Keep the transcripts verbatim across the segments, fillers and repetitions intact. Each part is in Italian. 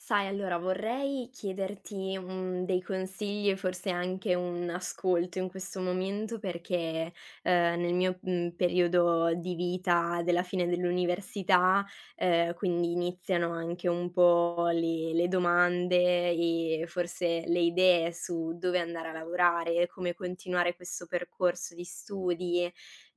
Sai, allora vorrei chiederti, mhmm, dei consigli e forse anche un ascolto in questo momento perché, ehm, nel mio, mhmm, periodo di vita della fine dell'università, ehm, quindi iniziano anche un po' le le domande e forse le idee su dove andare a lavorare, come continuare questo percorso di studi,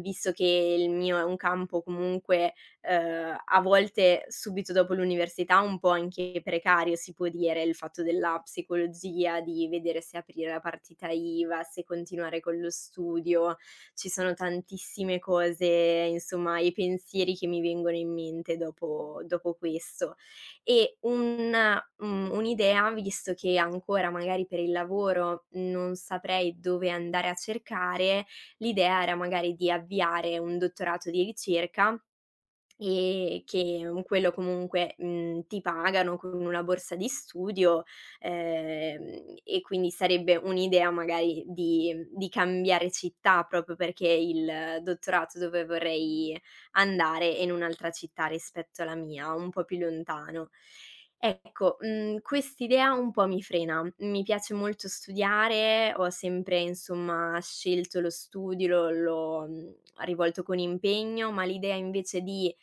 visto che il mio è un campo comunque ehm, a volte subito dopo l'università un po' anche precario si può dire, il fatto della psicologia, di vedere se aprire la partita I V A, se continuare con lo studio. Ci sono tantissime cose, insomma, e pensieri che mi vengono in mente dopo dopo questo. E un mhmm, un'idea, visto che ancora magari per il lavoro non saprei dove andare a cercare, l'idea era magari di avviare un dottorato di ricerca. Ehm, che con quello comunque, mhmm, ti pagano con una borsa di studio, ehm, e quindi sarebbe un'idea magari di mhmm, di cambiare città, proprio perché il dottorato dove vorrei andare è in un'altra città rispetto alla mia, un po' più lontano. Ecco, mhmm, quest'idea un po' mi frena. Mi piace molto studiare, ho sempre insomma scelto lo studio, l'ho l'ho, mhmm, rivolto con impegno, ma l'idea invece di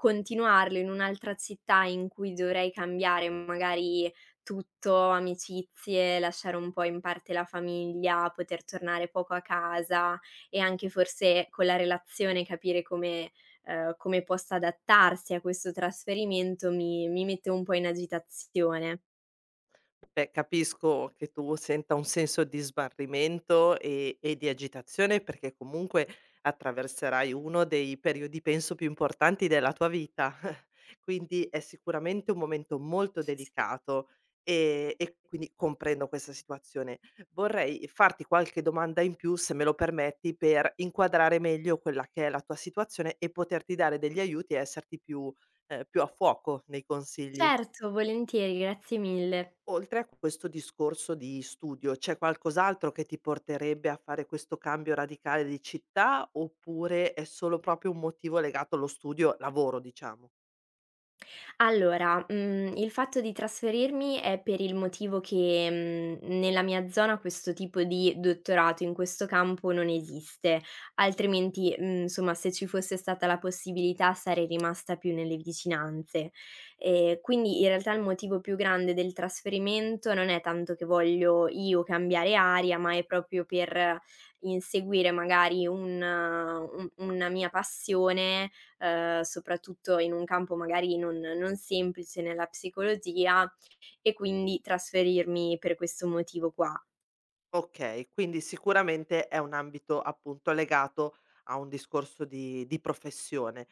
continuarlo in un'altra città in cui dovrei cambiare magari tutto, amicizie, lasciare un po' in parte la famiglia, poter tornare poco a casa e anche forse con la relazione capire come ehm, come possa adattarsi a questo trasferimento mi mi mette un po' in agitazione. Beh, capisco che tu senta un senso di smarrimento e e di agitazione, perché comunque attraverserai uno dei periodi, penso, più importanti della tua vita. Quindi è sicuramente un momento molto Sì. delicato, e e quindi comprendo questa situazione. Vorrei farti qualche domanda in più, se me lo permetti, per inquadrare meglio quella che è la tua situazione e poterti dare degli aiuti e esserti più, ehm, più a fuoco nei consigli. Certo, volentieri, grazie mille. Oltre a questo discorso di studio, c'è qualcos'altro che ti porterebbe a fare questo cambio radicale di città, oppure è solo proprio un motivo legato allo studio lavoro, diciamo? Allora, mhmm, il fatto di trasferirmi è per il motivo che, mhmm, nella mia zona questo tipo di dottorato in questo campo non esiste, altrimenti, mhmm, insomma, se ci fosse stata la possibilità sarei rimasta più nelle vicinanze. Ehm, quindi in realtà il motivo più grande del trasferimento non è tanto che voglio io cambiare aria, ma è proprio per inseguire magari un un una mia passione, ehm, soprattutto in un campo magari non non semplice nella psicologia e quindi trasferirmi per questo motivo qua. Okay, quindi sicuramente è un ambito, appunto, legato a un discorso di di professione,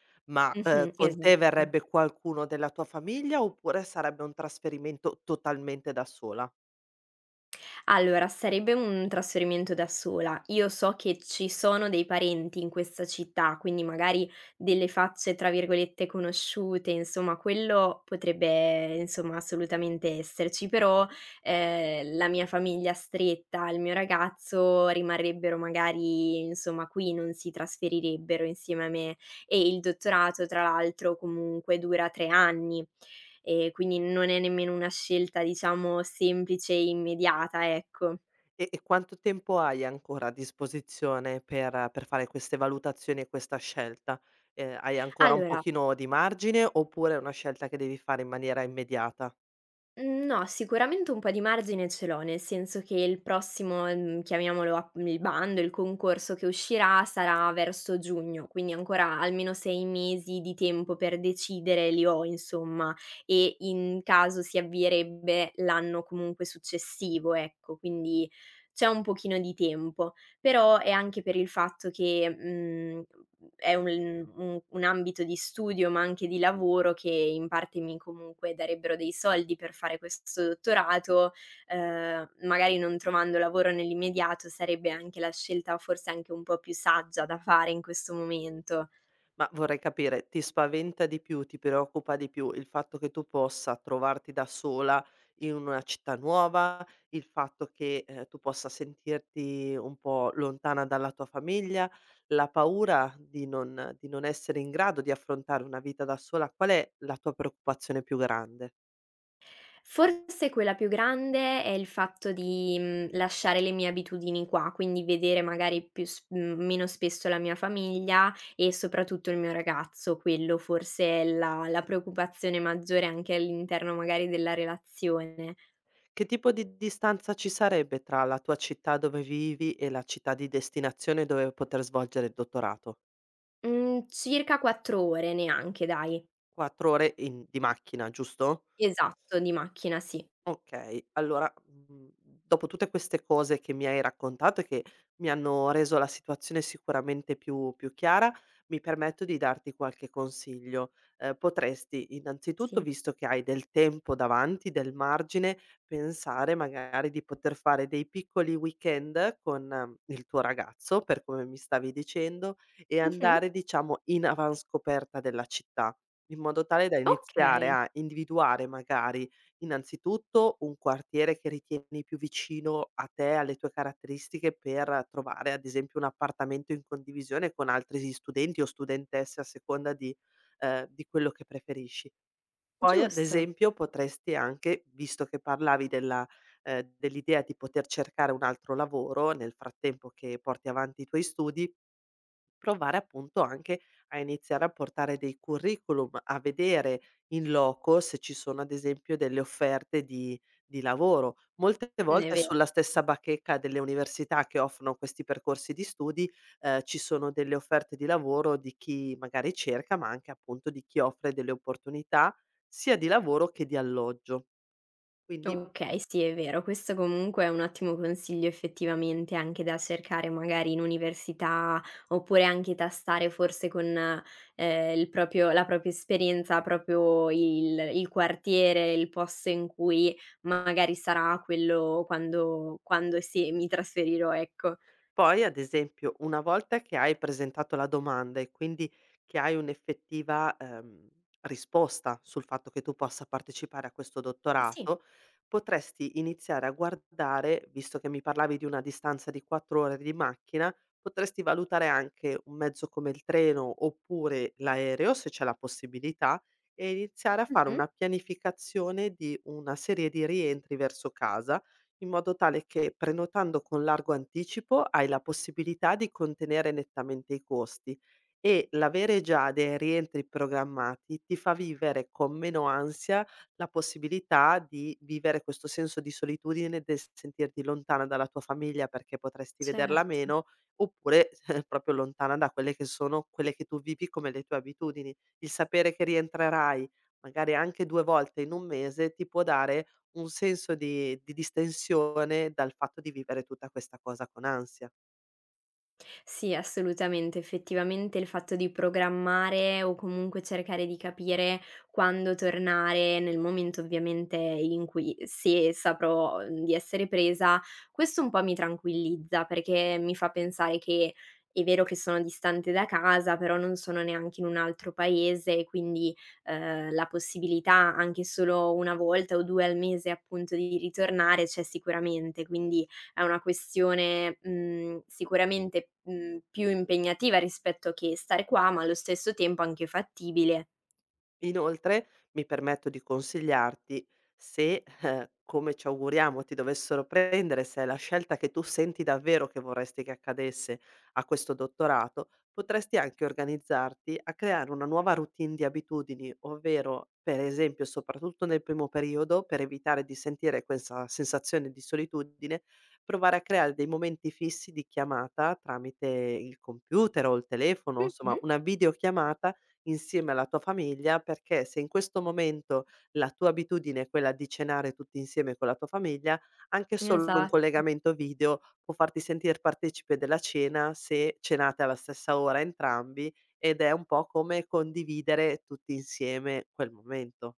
ma, ehm, Mh-mh, con te esatto. verrebbe qualcuno della tua famiglia, oppure sarebbe un trasferimento totalmente da sola? Allora, sarebbe un trasferimento da sola. Io so che ci sono dei parenti in questa città, quindi magari delle facce tra virgolette "conosciute", insomma quello potrebbe, insomma, assolutamente esserci, però, ehm, la mia famiglia stretta, il mio ragazzo rimarrebbero magari, insomma, qui, non si trasferirebbero insieme a me e il dottorato tra l'altro comunque dura tre anni. Ehm, quindi non è nemmeno una scelta, diciamo, semplice e immediata, ecco. E e quanto tempo hai ancora a disposizione per per fare queste valutazioni e questa scelta? Ehm, hai ancora un Allora, pochino di margine, oppure è una scelta che devi fare in maniera immediata? mhmm, no, sicuramente un po' di margine ce l'ho, nel senso che il prossimo, mhmm, chiamiamolo a il bando, il concorso che uscirà sarà verso giugno, quindi ancora almeno sei mesi di tempo per decidere li ho, insomma, e in caso si avvierebbe l'anno comunque successivo, ecco, quindi c'è un pochino di tempo. Però è anche per il fatto che, mhmm, è un un un ambito di studio, ma anche di lavoro che in parte mi comunque darebbero dei soldi per fare questo dottorato. Ehm, magari non trovando lavoro nell'immediato sarebbe anche la scelta forse anche un po' più saggia da fare in questo momento. Ma vorrei capire, ti spaventa di più, ti preoccupa di più il fatto che tu possa trovarti da sola in una città nuova, il fatto che, ehm, tu possa sentirti un po' lontana dalla tua famiglia, la paura di non di non essere in grado di affrontare una vita da sola? Qual è la tua preoccupazione più grande? Forse quella più grande è il fatto di, mhmm, lasciare le mie abitudini qua, quindi vedere magari più s mhmm, meno spesso la mia famiglia e soprattutto il mio ragazzo. Quello forse è la la preoccupazione maggiore anche all'interno magari della relazione. Che tipo di distanza ci sarebbe tra la tua città dove vivi e la città di destinazione dove poter svolgere il dottorato? Mhmm, circa quattro ore neanche dai. quattro ore in di macchina, giusto? Esatto, di macchina sì. Okay, allora, mhmm, dopo tutte queste cose che mi hai raccontato e che mi hanno reso la situazione sicuramente più più chiara, mi permetto di darti qualche consiglio. Ehm, potresti innanzitutto, Sì. visto che hai del tempo davanti, del margine, pensare magari di poter fare dei piccoli weekend con, ehm, il tuo ragazzo, per come mi stavi dicendo, e Mh-mh. andare diciamo in avanscoperta della città, in modo tale da iniziare Okay, a individuare magari innanzitutto un quartiere che ritieni più vicino a te, alle tue caratteristiche, per trovare ad esempio un appartamento in condivisione con altri studenti o studentesse a seconda di, ehm, di quello che preferisci. Poi ad giusto. esempio potresti anche, visto che parlavi della ehm, dell'idea di poter cercare un altro lavoro nel frattempo che porti avanti i tuoi studi, provare appunto anche a iniziare a portare dei curriculum, a vedere in loco se ci sono ad esempio delle offerte di di lavoro. Molte È volte ve sulla stessa bacheca delle università che offrono questi percorsi di studi, ehm, ci sono delle offerte di lavoro di chi magari cerca, ma anche appunto di chi offre delle opportunità sia di lavoro che di alloggio. Quindi Okay, sì è vero. Questo comunque è un ottimo consiglio effettivamente anche da cercare magari in università, oppure anche tastare forse con, ehm, il proprio la propria esperienza, proprio il il quartiere, il posto in cui magari sarà quello quando quando sì mi trasferirò, ecco. poi, ad esempio, una volta che hai presentato la domanda e quindi che hai un'effettiva, ehm, risposta sul fatto che tu possa partecipare a questo Sì, dottorato, potresti iniziare a guardare, visto che mi parlavi di una distanza di quattro ore di macchina, potresti valutare anche un mezzo come il treno oppure l'aereo, se c'è la possibilità, e iniziare a fare mh-mh. una pianificazione di una serie di rientri verso casa, in modo tale che prenotando con largo anticipo hai la possibilità di contenere nettamente i costi, e l'avere già dei rientri programmati ti fa vivere con meno ansia la possibilità di vivere questo senso di solitudine, del sentirti lontana dalla tua famiglia perché potresti vederla Certo. meno, oppure proprio lontana da quelle che sono quelle che tu vivi come le tue abitudini. Il sapere che rientrerai magari anche due volte in un mese ti può dare un senso di di distensione dal fatto di vivere tutta questa cosa con ansia. Sì, assolutamente. Effettivamente il fatto di programmare o comunque cercare di capire quando tornare, nel momento ovviamente in cui se saprò mm, di essere presa, questo un po' mi tranquillizza perché mi fa pensare che è vero che sono distante da casa, però non sono neanche in un altro paese, quindi eh, la possibilità anche solo una volta o due al mese appunto di ritornare c'è sicuramente. Quindi è una questione, mhmm, sicuramente, mhmm, più impegnativa rispetto che stare qua, ma allo stesso tempo anche fattibile. Inoltre, mi permetto di consigliarti, se, eh, come ci auguriamo, ti dovessero prendere, se è la scelta che tu senti davvero che vorresti che accadesse, a questo dottorato, potresti anche organizzarti a creare una nuova routine di abitudini, ovvero, per esempio, soprattutto nel primo periodo, per evitare di sentire questa sensazione di solitudine, provare a creare dei momenti fissi di chiamata tramite il computer o il telefono, insomma, Mh-mh. una videochiamata insieme alla tua famiglia, perché se in questo momento la tua abitudine è quella di cenare tutti insieme con la tua famiglia, anche solo un Esatto. collegamento video può farti sentir partecipe della cena se cenate alla stessa ora entrambi, ed è un po' come condividere tutti insieme quel momento.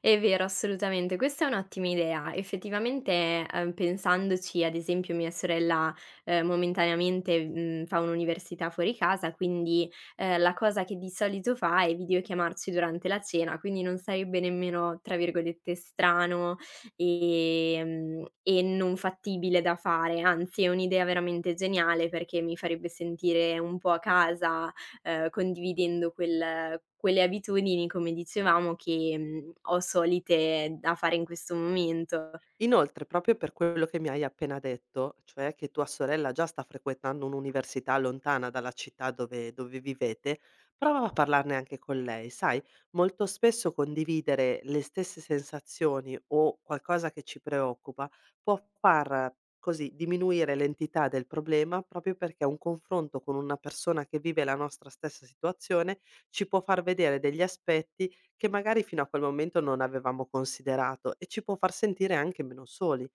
È vero, assolutamente. Questa è un'ottima idea. Effettivamente, ehm, pensandoci, ad esempio, mia sorella, ehm, momentaneamente, mhmm, fa un'università fuori casa, quindi, ehm, la cosa che di solito fa è videochiamarci durante la cena, quindi non sarebbe nemmeno, tra virgolette, "strano", ehm, e non fattibile da fare. Anzi, è un'idea veramente geniale perché mi farebbe sentire un po' a casa, ehm, condividendo quel quelle abitudini, come dicevamo, che, mhmm, ho solite da fare in questo momento. Inoltre, proprio per quello che mi hai appena detto, cioè che tua sorella già sta frequentando un'università lontana dalla città dove, dove vivete, prova a parlarne anche con lei. Sai, molto spesso condividere le stesse sensazioni o qualcosa che ci preoccupa può far così diminuire l'entità del problema, proprio perché un confronto con una persona che vive la nostra stessa situazione ci può far vedere degli aspetti che magari fino a quel momento non avevamo considerato e ci può far sentire anche meno soli.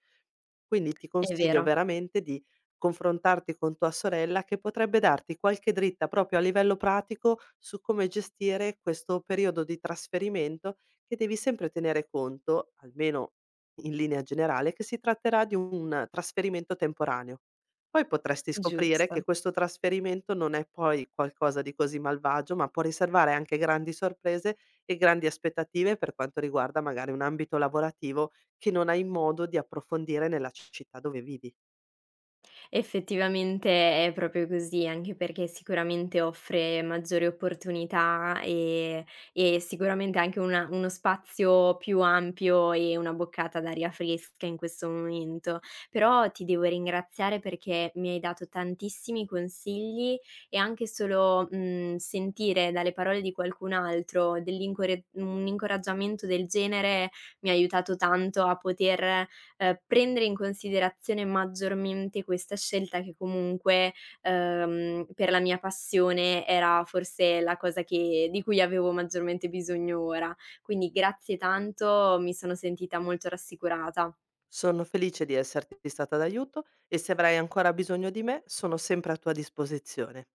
Quindi ti È consiglio vero, veramente di confrontarti con tua sorella, che potrebbe darti qualche dritta proprio a livello pratico su come gestire questo periodo di trasferimento, che devi sempre tenere conto, almeno in linea generale, che si tratterà di un trasferimento temporaneo. Poi potresti scoprire giusto. che questo trasferimento non è poi qualcosa di così malvagio, ma può riservare anche grandi sorprese e grandi aspettative per quanto riguarda magari un ambito lavorativo che non hai modo di approfondire nella città dove vivi. Effettivamente è proprio così, anche perché sicuramente offre maggiori opportunità e e sicuramente anche una uno spazio più ampio e una boccata d'aria fresca in questo momento. Però ti devo ringraziare perché mi hai dato tantissimi consigli e anche solo, mhmm, sentire dalle parole di qualcun altro dell'incor un incoraggiamento del genere mi ha aiutato tanto a poter ehm, prendere in considerazione maggiormente questa scelta che comunque, ehm, per la mia passione era forse la cosa che di cui avevo maggiormente bisogno ora. Quindi grazie tanto, mi sono sentita molto rassicurata. Sono felice di esserti stata d'aiuto, e se avrai ancora bisogno di me sono sempre a tua disposizione.